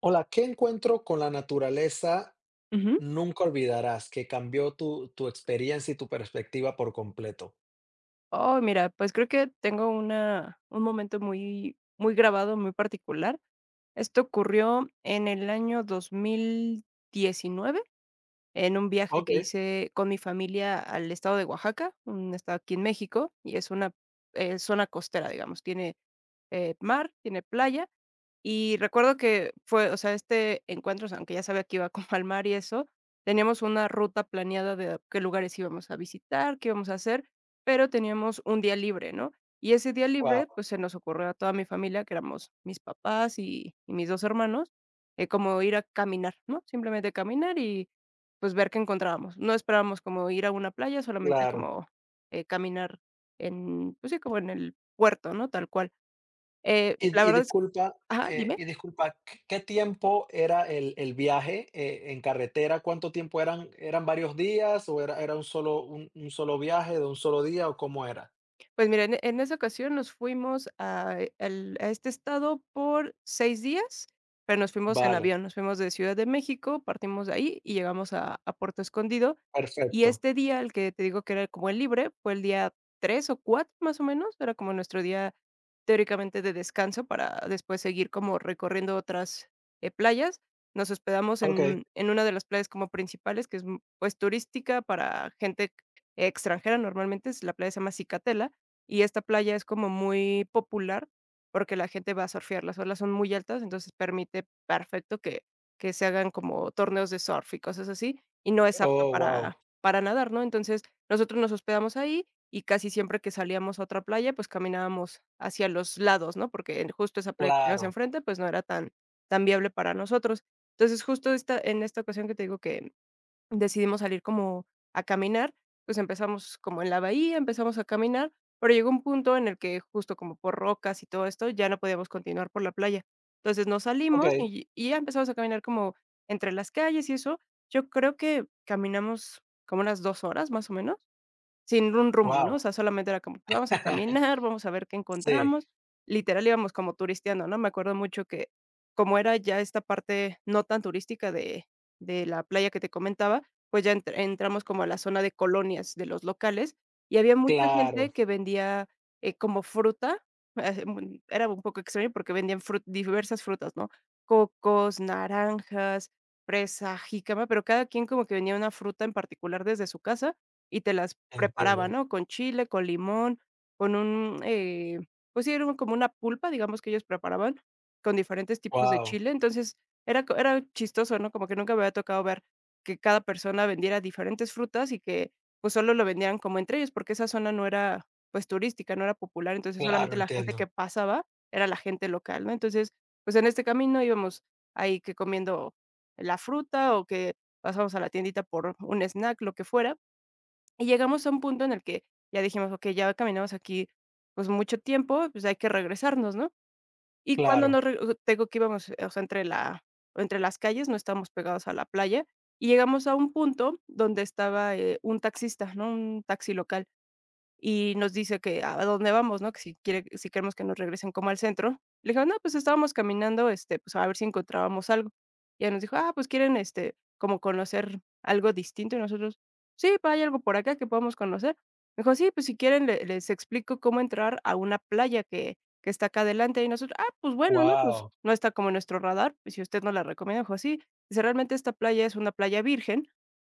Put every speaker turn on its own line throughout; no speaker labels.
Hola, ¿qué encuentro con la naturaleza
Ujú.
nunca olvidarás que cambió tu experiencia y tu perspectiva por completo?
Oh, mira, pues creo que tengo una un momento muy muy grabado, muy particular. Esto ocurrió en el año 2019 en un viaje
Ok.
que hice con mi familia al estado de Oaxaca, un estado aquí en México, y es una, zona costera, digamos, tiene mar, tiene playa. Y recuerdo que fue, o sea, este encuentro, o sea, aunque ya sabía que iba como al mar y eso, teníamos una ruta planeada de a qué lugares íbamos a visitar, qué íbamos a hacer, pero teníamos un día libre, ¿no? Y ese día
Wow,
libre, pues se nos ocurrió a toda mi familia, que éramos mis papás y mis dos hermanos, como ir a caminar, ¿no? Simplemente caminar y pues ver qué encontrábamos. No esperábamos como ir a una playa, solamente
claro.
como caminar en, pues sí, como en el puerto, ¿no? Tal cual. La
Y
verdad es
disculpa,
ajá, dime.
y disculpa, ¿qué tiempo era el viaje en carretera? ¿Cuánto tiempo eran? ¿Eran varios días o era, era un solo viaje de un solo día o cómo era?
Pues mira, en esa ocasión nos fuimos a el a este estado por 6 días, pero nos fuimos en
Vale,
avión, nos fuimos de Ciudad de México, partimos de ahí y llegamos a Puerto Escondido, y
perfecto.
este día, el que te digo que era como el libre, fue el día 3 o 4 más o menos, era como nuestro día teóricamente de descanso para después seguir como recorriendo otras, playas. Nos hospedamos
Ok.
en una de las playas como principales, que es, pues, turística para gente extranjera, normalmente es la playa se llama Cicatela, y esta playa es como muy popular, porque la gente va a surfear, las olas son muy altas, entonces permite perfecto que se hagan como torneos de surf y cosas así, y no es apto
Oh, wow.
para nadar, ¿no? Entonces, nosotros nos hospedamos ahí y casi siempre que salíamos a otra playa, pues caminábamos hacia los lados, ¿no? Porque en justo esa playa que teníamos
Claro.
enfrente, pues no era tan tan viable para nosotros. Entonces, justo esta en esta ocasión que te digo que decidimos salir como a caminar, pues, empezamos como en la bahía, empezamos a caminar, pero llegó un punto en el que justo como por rocas y todo esto, ya no podíamos continuar por la playa. Entonces, nos
Ok.
salimos y ya empezamos a caminar como entre las calles y eso. Yo creo que caminamos como unas 2 horas, más o menos. Sin un rumbo, ¿no?
Wow.
O sea, solamente era como, vamos a caminar, vamos a ver qué
Sí,
encontramos. Literal íbamos como turisteando, ¿no? Me acuerdo mucho que como era ya esta parte no tan turística de la playa que te comentaba, pues ya entr entramos como a la zona de colonias de los locales y había mucha
claro.
gente que vendía, como fruta, era un poco extraño porque vendían frut diversas frutas, ¿no? Cocos, naranjas, fresa, jícama, pero cada quien como que vendía una fruta en particular desde su casa y te las preparaba,
Entiendo.
¿no? Con chile, con limón, con un, pues sí, era como una pulpa, digamos, que ellos preparaban con diferentes tipos de
Wow,
chile. Entonces, era chistoso, ¿no? Como que nunca me había tocado ver que cada persona vendiera diferentes frutas y que, pues, solo lo vendieran como entre ellos, porque esa zona no era, pues, turística, no era popular, entonces
claro,
solamente la gente que
entiendo.
pasaba era la gente local, ¿no? Entonces, pues, en este camino íbamos ahí que comiendo la fruta o que pasamos a la tiendita por un snack, lo que fuera. Y llegamos a un punto en el que ya dijimos: "Okey, ya caminamos aquí, pues, mucho tiempo, pues, hay que regresarnos", ¿no? Y cuando
Claro,
nos re te digo que íbamos, o sea, entre las calles, no estábamos pegados a la playa, y llegamos a un punto donde estaba, un taxista, ¿no? Un taxi local y nos dice que a dónde vamos, ¿no? Que si queremos que nos regresen como al centro. Le dije: "No, pues estábamos caminando, este, pues a ver si encontrábamos algo". Y ella nos dijo: "Ah, pues quieren, este, como conocer algo distinto", y nosotros: "Sí, pa, hay algo por acá que podamos conocer". Me dijo: "Sí, pues si quieren le les explico cómo entrar a una playa que está acá adelante", y nosotros: "Ah, pues bueno, ¿no? Pues
wow,
no está como en nuestro radar, pues si usted no la recomienda". Me dijo: "Sí". Dice: "Realmente esta playa es una playa virgen".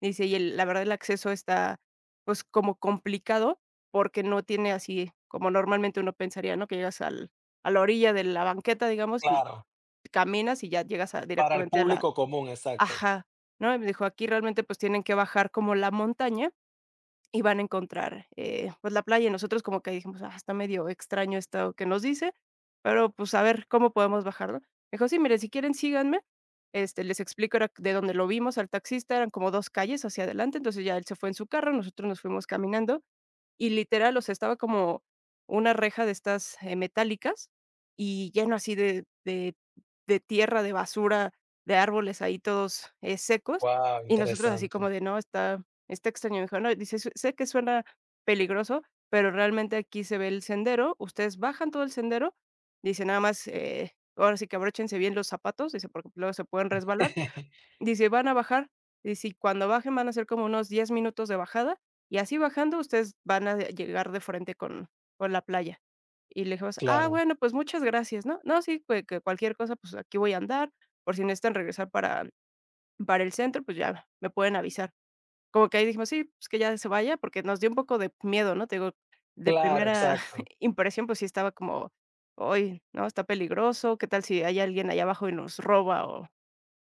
Dice: "Y el La verdad el acceso está, pues, como complicado, porque no tiene así, como normalmente uno pensaría, ¿no? Que llegas al a la orilla de la banqueta, digamos, y
claro.
caminas y ya llegas a
Para el
directamente a la…".
público común, exacto.
Ajá. ¿No? Y me dijo: "Aquí realmente, pues, tienen que bajar como la montaña y van a encontrar, pues, la playa". Y nosotros como que dijimos: "Ah, está medio extraño esto que nos dice, pero, pues, a ver cómo podemos bajar", ¿no? Me dijo: "Sí, mire, si quieren síganme". Este, les explico, era de donde lo vimos al taxista, eran como 2 calles hacia adelante, entonces ya él se fue en su carro, nosotros nos fuimos caminando y literal, o sea, estaba como una reja de estas, metálicas y lleno así de tierra, de basura, de árboles ahí todos, secos.
Wow,
Y nosotros así como
interesante.
de: "No, está está extraño". Me dijo: "No". Dice: "Sé que suena peligroso, pero realmente aquí se ve el sendero, ustedes bajan todo el sendero". Dice: "Nada más, ahora sí que abróchense bien los zapatos". Dice: "Porque luego se pueden resbalar". Dice: "Van a bajar". Dice: "Y si cuando bajen van a ser como unos 10 minutos de bajada, y así bajando ustedes van a llegar de frente con la playa". Y le dijimos: "Ah,
Claro,
bueno, pues muchas gracias", ¿no? "No, sí, que cualquier cosa, pues aquí voy a andar, por si necesitan regresar para el centro, pues ya me pueden avisar". Como que ahí dijimos: "Sí, pues que ya se vaya", porque nos dio un poco de miedo, ¿no? Te digo, de
claro,
primera
exacto,
impresión, pues sí estaba como: "Ay, ¿no? Está peligroso. ¿Qué tal si hay alguien allá abajo y nos roba o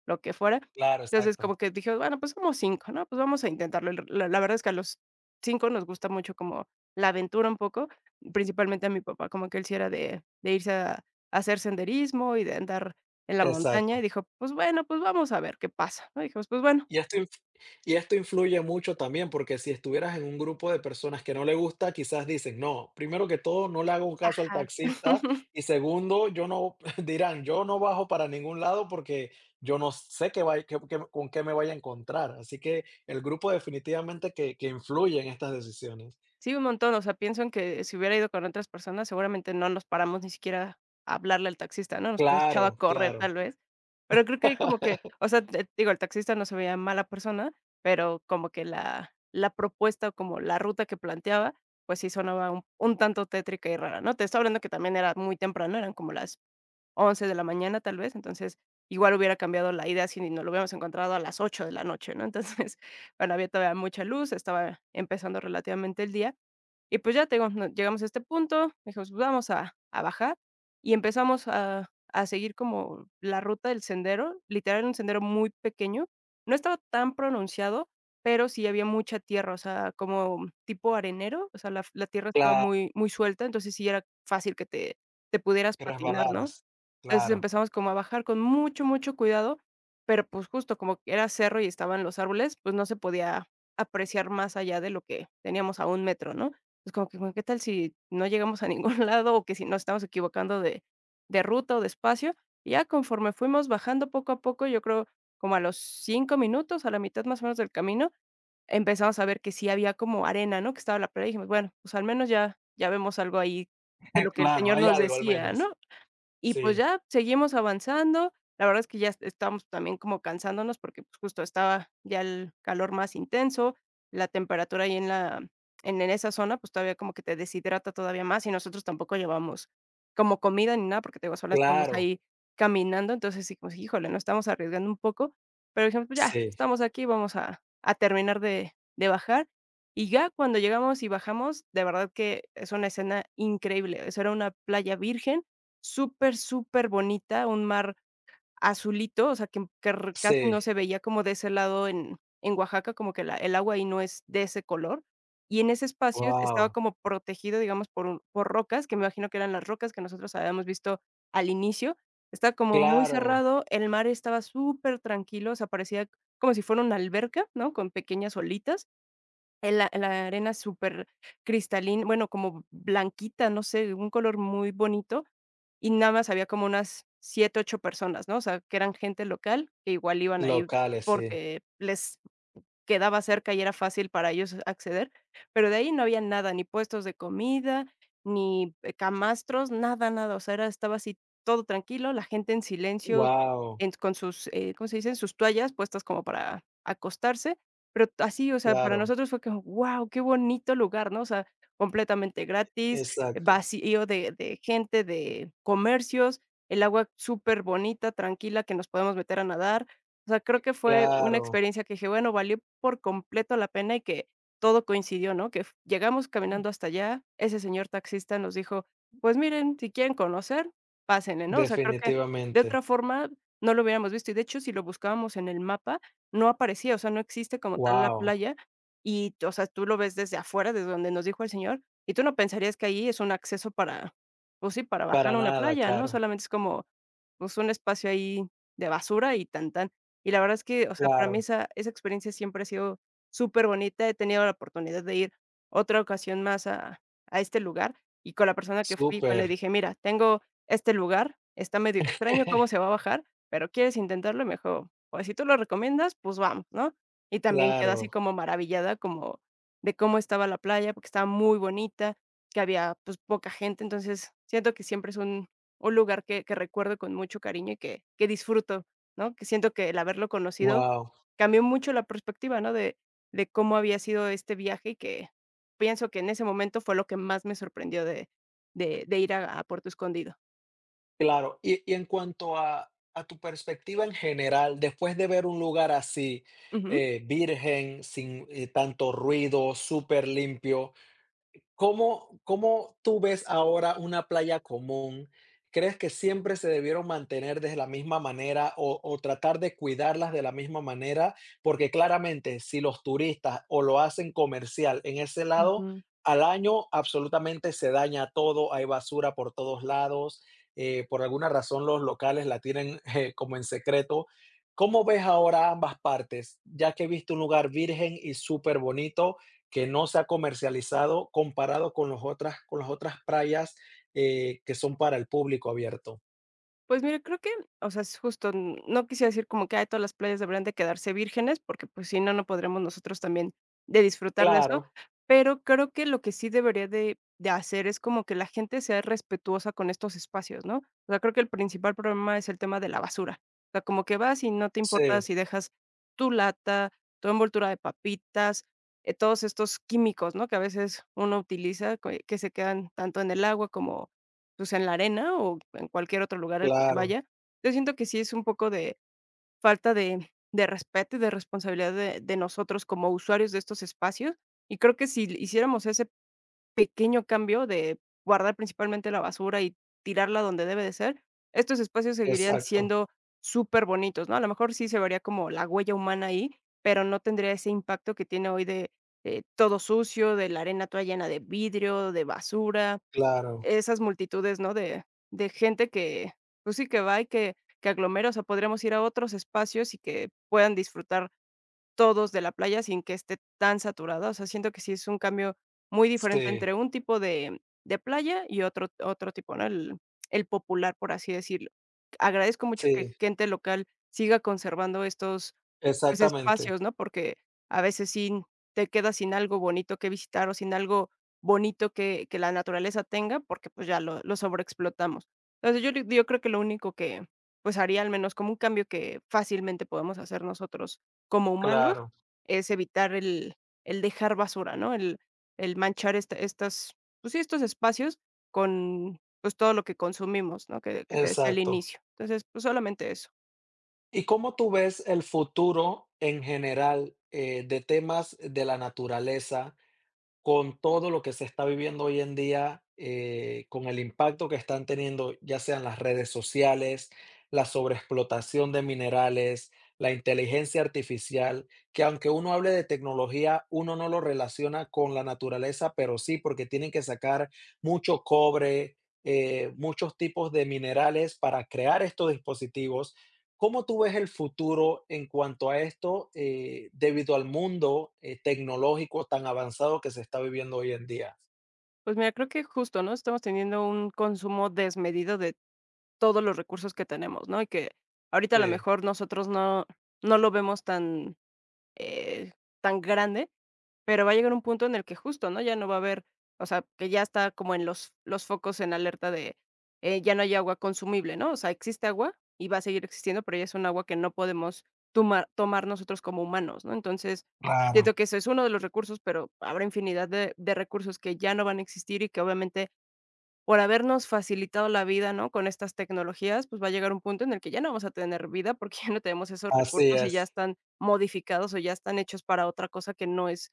lo que fuera?".
claro,
Entonces,
exacto,
como que dije: "Bueno, pues como cinco, ¿no? Pues vamos a intentarlo". El la verdad es que a los 5 nos gusta mucho como la aventura un poco, principalmente a mi papá, como que él sí era de irse a hacer senderismo y de andar en la montaña, y
exacto.
dijo: "Pues bueno, pues vamos a ver qué pasa", ¿no? Dijimos: "Pues bueno".
Y esto inf y esto influye mucho también, porque si estuvieras en un grupo de personas que no le gusta, quizás dicen: "No, primero que todo, no le hago un caso al
Ajá.
taxista, y segundo, yo no" dirán: "Yo no bajo para ningún lado porque yo no sé qué vay qué qué con qué me vaya a encontrar". Así que el grupo definitivamente que influye en estas decisiones.
Sí, un montón, o sea, pienso en que si hubiera ido con otras personas, seguramente no nos paramos ni siquiera a hablarle al taxista, ¿no? Nos hubiéramos echado a
Claro,
correr
claro.
tal vez, pero creo que ahí como que, o sea, te digo, el taxista no se veía mala persona, pero como que la propuesta o como la ruta que planteaba, pues sí sonaba un tanto tétrica y rara, ¿no? Te estoy hablando que también era muy temprano, eran como las 11 de la mañana tal vez, entonces igual hubiera cambiado la idea si nos lo hubiéramos encontrado a las 8 de la noche, ¿no? Entonces, bueno, había todavía mucha luz, estaba empezando relativamente el día y pues ya te digo, no llegamos a este punto, dijimos: "Vamos a bajar", y empezamos a seguir como la ruta del sendero, literal un sendero muy pequeño. No estaba tan pronunciado, pero sí había mucha tierra, o sea, como tipo arenero, o sea, la tierra estaba
Claro,
muy muy suelta, entonces sí era fácil que te pudieras
que
patinar, ¿no?
resbalaras.
Entonces,
Claro.
empezamos como a bajar con mucho, mucho cuidado, pero, pues, justo como que era cerro y estaban los árboles, pues, no se podía apreciar más allá de lo que teníamos a un metro, ¿no? Es como que, bueno, ¿qué tal si no llegamos a ningún lado o que si nos estamos equivocando de ruta o de espacio? Y ya conforme fuimos bajando poco a poco, yo creo como a los 5 minutos, a la mitad más o menos del camino, empezamos a ver que sí había como arena, ¿no? Que estaba la playa, y dijimos: "Bueno, pues, al menos ya vemos algo ahí de lo que el
Claro,
señor
hay
nos
algo al
decía", ¿no?
menos.
Y pues
Sí.
ya, seguimos avanzando. La verdad es que ya estamos también como cansándonos porque, pues, justo estaba ya el calor más intenso, la temperatura ahí en la en esa zona, pues, todavía como que te deshidrata todavía más, y nosotros tampoco llevamos como comida ni nada, porque te digo, solo estábamos
Claro.
ahí caminando. Entonces, sí, como si, híjole, nos estamos arriesgando un poco, pero dijimos: "Pues ya,
Sí,
estamos aquí, vamos a terminar de bajar". Y ya cuando llegamos y bajamos, de verdad que es una escena increíble. Eso era una playa virgen, súper, súper bonita, un mar azulito, o sea, que r casi no
sí.
se veía como de ese lado en Oaxaca, como que la el agua ahí no es de ese color. Y en ese espacio estaba
Wow.
como protegido, digamos, por rocas, que me imagino que eran las rocas que nosotros habíamos visto al inicio. Estaba como muy
Claro,
cerrado, el mar estaba súper tranquilo, o sea, parecía como si fuera una alberca, ¿no? Con pequeñas olitas. En la arena supercristalin, bueno, como blanquita, no sé, un color muy bonito, y nada más había como unas 7 u 8 personas, ¿no? O sea, que eran gente local, que igual iban ahí
locales, sí.
porque les quedaba cerca y era fácil para ellos acceder, pero de ahí no había nada, ni puestos de comida, ni, camastros, nada, nada, o sea, era estaba así todo tranquilo, la gente en silencio,
Wow,
en con sus, ¿cómo se dicen? Sus toallas puestas como para acostarse, pero así, o sea, para
claro,
nosotros fue como, ¡wow, qué bonito lugar!, ¿no?, o sea, completamente gratis,
exacto.
vacío de gente, de comercios, el agua súper bonita, tranquila, que nos podemos meter a nadar, o sea, creo que fue una
Claro,
experiencia que dije, bueno, valió por completo la pena y que todo coincidió, ¿no? Que f llegamos caminando hasta allá, ese señor taxista nos dijo: "Pues miren, si quieren conocer, pásenle", ¿no? O sea, creo que de otra
definitivamente.
forma no lo hubiéramos visto, y de hecho, si lo buscábamos en el mapa, no aparecía, o sea, no existe como tal la
Wow,
playa, y o sea, tú lo ves desde afuera, desde donde nos dijo el señor, y tú no pensarías que ahí es un acceso para, pues sí, para
para
bajar a una
nada,
playa, ¿no?
claro,
Solamente es como, pues, un espacio ahí de basura y tan tan. Y la verdad es que, o sea, para mí
claro,
esa experiencia siempre ha sido superbonita. He tenido la oportunidad de ir otra ocasión más a este lugar, y con la persona que fui, igual
súper.
le dije: "Mira, tengo este lugar, está medio extraño cómo se va a bajar, pero, ¿quieres intentarlo?". Y me dijo: "Pues, si tú lo recomiendas, pues vamos", ¿no? Y también quedó así
Claro,
como maravillada, como de cómo estaba la playa, porque estaba muy bonita, que había, pues, poca gente. Entonces, siento que siempre es un lugar que recuerdo con mucho cariño y que disfruto. ¿No? Que siento que el haberlo conocido
wow,
cambió mucho la perspectiva, ¿no? De cómo había sido este viaje y que pienso que en ese momento fue lo que más me sorprendió de de ir a Puerto Escondido.
claro. Y en cuanto a tu perspectiva en general, después de ver un lugar así,
Ujú.
virgen, sin, tanto ruido, súper limpio. ¿Cómo tú ves ahora una playa común? ¿Crees que siempre se debieron mantener de la misma manera o tratar de cuidarlas de la misma manera? Porque claramente si los turistas o lo hacen comercial en ese lado,
Ujú.
al año absolutamente se daña todo, hay basura por todos lados, por alguna razón los locales la tienen como en secreto. ¿Cómo ves ahora ambas partes? Ya que viste un lugar virgen y súper bonito, que no se ha comercializado comparado con los otras, con las otras playas que son para el público abierto.
Pues mira, creo que, o sea, es justo, no quisiera decir como que "Ay, todas las playas deberían de quedarse vírgenes, porque pues si no, no podremos nosotros también de disfrutar de eso",
Claro,
pero creo que lo que sí debería de hacer es como que la gente sea respetuosa con estos espacios, ¿no? O sea, creo que el principal problema es el tema de la basura. O sea, como que vas y no te importa
sí,
si dejas tu lata, tu envoltura de papitas, todos estos químicos, ¿no? Que a veces uno utiliza, que se quedan tanto en el agua como pues, en la arena o en cualquier otro lugar al que se
claro,
vaya. Yo siento que sí es un poco de falta de respeto y de responsabilidad de nosotros como usuarios de estos espacios, y creo que si hiciéramos ese pequeño cambio de guardar principalmente la basura y tirarla donde debe de ser, estos espacios seguirían
exacto,
siendo súper bonitos, ¿no? A lo mejor sí se vería como la huella humana ahí, pero no tendría ese impacto que tiene hoy de todo sucio, de la arena toda llena de vidrio, de basura,
claro,
esas multitudes, ¿no? De gente que, pues sí, que va y que aglomera, o sea, podríamos ir a otros espacios y que puedan disfrutar todos de la playa sin que esté tan saturada. O sea, siento que sí es un cambio muy diferente
sí,
entre un tipo de playa y otro otro tipo, ¿no? El popular, por así decirlo. Agradezco mucho que
sí,
gente local siga conservando estos, pues,
exactamente,
espacios, ¿no? Porque a veces sí te quedas sin algo bonito que visitar o sin algo bonito que la naturaleza tenga, porque, pues, ya lo sobreexplotamos. Entonces, yo creo que lo único que, pues, haría, al menos como un cambio que fácilmente podemos hacer nosotros como humanos,
claro,
es evitar el dejar basura, ¿no? El manchar esta estas, pues sí, estos espacios con, pues, todo lo que consumimos, ¿no? Que te decía al
exacto.
inicio. Entonces, pues, solamente eso.
¿Y cómo tú ves el futuro en general, de temas de la naturaleza? Con todo lo que se está viviendo hoy en día, con el impacto que están teniendo, ya sean las redes sociales, la sobreexplotación de minerales, la inteligencia artificial, que aunque uno hable de tecnología, uno no lo relaciona con la naturaleza, pero sí, porque tienen que sacar mucho cobre, muchos tipos de minerales para crear estos dispositivos. ¿Cómo tú ves el futuro en cuanto a esto, debido al mundo, tecnológico tan avanzado que se está viviendo hoy en día?
Pues mira, creo que justo, ¿no? Estamos teniendo un consumo desmedido de todos los recursos que tenemos, ¿no? Y que ahorita a lo
Sí.
mejor nosotros no lo vemos tan eh, tan grande, pero va a llegar un punto en el que justo, ¿no? Ya no va a haber, o sea, que ya está como en los focos en alerta de ya no hay agua consumible, ¿no? O sea, existe agua y va a seguir existiendo, pero ya es un agua que no podemos tomar, tomar nosotros como humanos, ¿no? Entonces,
Claro.
siento que eso es uno de los recursos, pero habrá infinidad de recursos que ya no van a existir y que obviamente por habernos facilitado la vida, ¿no? Con estas tecnologías, pues va a llegar un punto en el que ya no vamos a tener vida porque ya no tenemos esos
Así
recursos y ya
es.
están modificados o ya están hechos para otra cosa que no es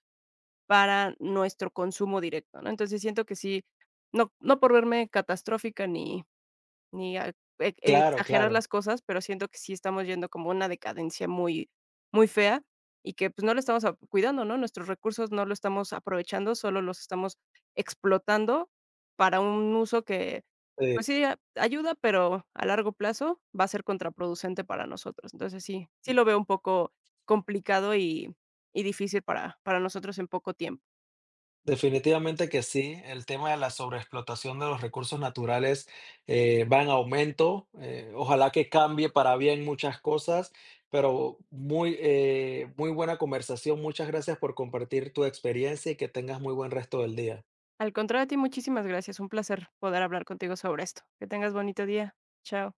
para nuestro consumo directo, ¿no? Entonces siento que sí, no, no por verme catastrófica ni ni a e
Claro,
exagerar
claro.
las cosas, pero siento que sí estamos yendo como una decadencia muy muy fea y que, pues, no lo estamos a cuidando, ¿no? Nuestros recursos no lo estamos aprovechando, solo los estamos explotando para un uso que,
Sí,
pues sí, a ayuda, pero a largo plazo va a ser contraproducente para nosotros. Entonces, sí, sí lo veo un poco complicado y difícil para nosotros en poco tiempo.
definitivamente que sí. El tema de la sobreexplotación de los recursos naturales, va en aumento. Ojalá que cambie para bien muchas cosas, pero muy, muy buena conversación. Muchas gracias por compartir tu experiencia y que tengas muy buen resto del día.
Al contrario a ti, muchísimas gracias. Un placer poder hablar contigo sobre esto. Que tengas bonito día. Chao.